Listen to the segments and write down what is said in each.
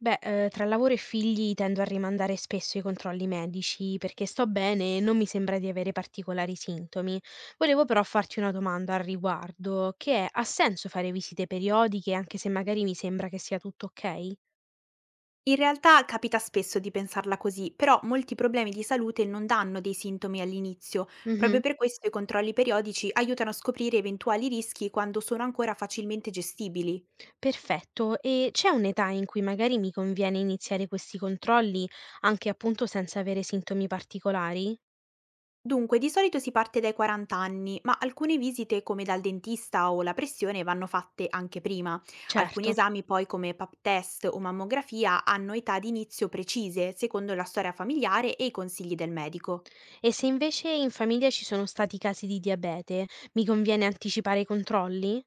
Beh, tra lavoro e figli tendo a rimandare spesso i controlli medici perché sto bene e non mi sembra di avere particolari sintomi. Volevo però farti una domanda al riguardo, che è, ha senso fare visite periodiche anche se magari mi sembra che sia tutto ok? In realtà capita spesso di pensarla così, però molti problemi di salute non danno dei sintomi all'inizio. Mh-mh, Proprio per questo i controlli periodici aiutano a scoprire eventuali rischi quando sono ancora facilmente gestibili. perfetto. E c'è un'età in cui magari mi conviene iniziare questi controlli anche appunto senza avere sintomi particolari? Dunque, di solito si parte dai 40 anni, ma alcune visite come dal dentista o la pressione vanno fatte anche prima. Alcuni Certo. esami poi come pap test o mammografia hanno età di inizio precise, secondo la storia familiare e i consigli del medico. E se invece in famiglia ci sono stati casi di diabete, mi conviene anticipare i controlli?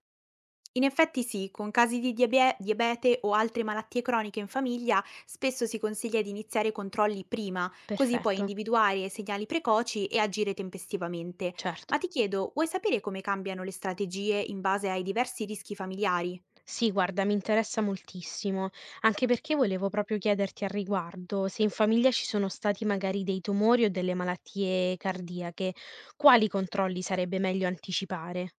In effetti sì, con casi di diabete o altre malattie croniche in famiglia spesso si consiglia di iniziare i controlli prima, così puoi Perfetto, individuare segnali precoci e agire tempestivamente. certo. Ma ti chiedo, vuoi sapere come cambiano le strategie in base ai diversi rischi familiari? Sì, guarda, mi interessa moltissimo, anche perché volevo proprio chiederti al riguardo se in famiglia ci sono stati magari dei tumori o delle malattie cardiache, quali controlli sarebbe meglio anticipare?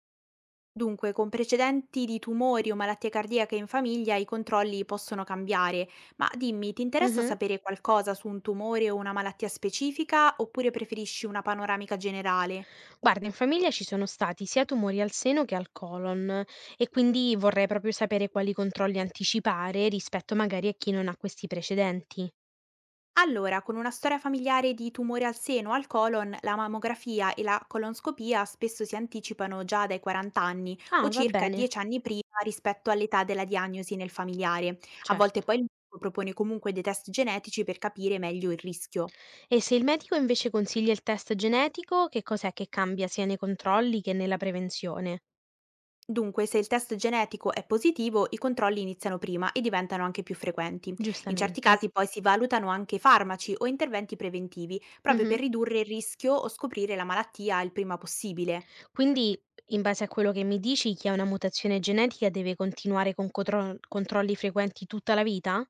Dunque, con precedenti di tumori o malattie cardiache in famiglia i controlli possono cambiare, ma dimmi, ti interessa Mhm. sapere qualcosa su un tumore o una malattia specifica oppure preferisci una panoramica generale? Guarda, in famiglia ci sono stati sia tumori al seno che al colon e quindi vorrei proprio sapere quali controlli anticipare rispetto magari a chi non ha questi precedenti. Allora, con una storia familiare di tumore al seno o al colon, la mammografia e la colonscopia spesso si anticipano già dai 40 anni o Ah, va circa bene, 10 anni prima rispetto all'età della diagnosi nel familiare. A certo. volte poi il medico propone comunque dei test genetici per capire meglio il rischio. E se il medico invece consiglia il test genetico, che cos'è che cambia sia nei controlli che nella prevenzione? Dunque, se il test genetico è positivo, i controlli iniziano prima e diventano anche più frequenti. In certi Giustamente. casi poi si valutano anche farmaci o interventi preventivi, proprio Mhm. per ridurre il rischio o scoprire la malattia il prima possibile. Quindi, in base a quello che mi dici, chi ha una mutazione genetica deve continuare con controlli frequenti tutta la vita?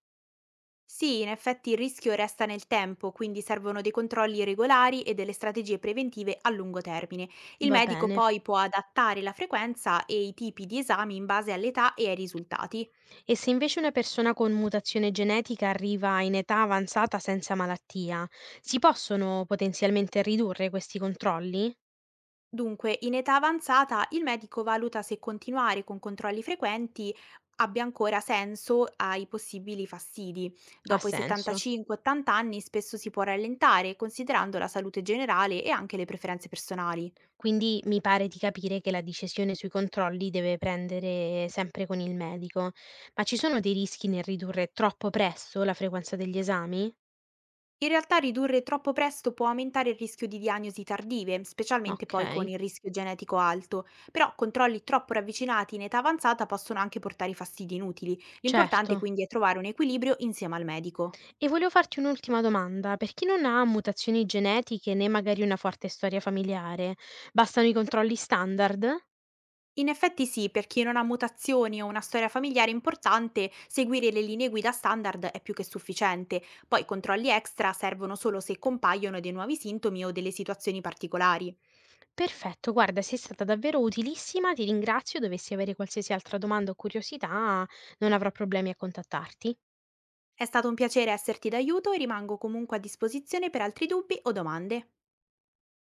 Sì, in effetti il rischio resta nel tempo, quindi servono dei controlli regolari e delle strategie preventive a lungo termine. Il Va medico bene. poi può adattare la frequenza e i tipi di esami in base all'età e ai risultati. E se invece una persona con mutazione genetica arriva in età avanzata senza malattia, si possono potenzialmente ridurre questi controlli? Dunque, in età avanzata il medico valuta se continuare con controlli frequenti abbia ancora senso ai possibili fastidi. Ha Dopo i senso. 75-80 anni spesso si può rallentare, considerando la salute generale e anche le preferenze personali. Quindi mi pare di capire che la decisione sui controlli deve prendere sempre con il medico, ma ci sono dei rischi nel ridurre troppo presto la frequenza degli esami? In realtà ridurre troppo presto può aumentare il rischio di diagnosi tardive, specialmente Ok, poi con il rischio genetico alto, però controlli troppo ravvicinati in età avanzata possono anche portare fastidi inutili. L'importante certo. quindi è trovare un equilibrio insieme al medico. E volevo farti un'ultima domanda, per chi non ha mutazioni genetiche né magari una forte storia familiare, bastano i controlli standard? In effetti sì, per chi non ha mutazioni o una storia familiare importante, seguire le linee guida standard è più che sufficiente. Poi i controlli extra servono solo se compaiono dei nuovi sintomi o delle situazioni particolari. Perfetto, guarda, sei stata davvero utilissima, ti ringrazio, dovessi avere qualsiasi altra domanda o curiosità, non avrò problemi a contattarti. È stato un piacere esserti d'aiuto e rimango comunque a disposizione per altri dubbi o domande.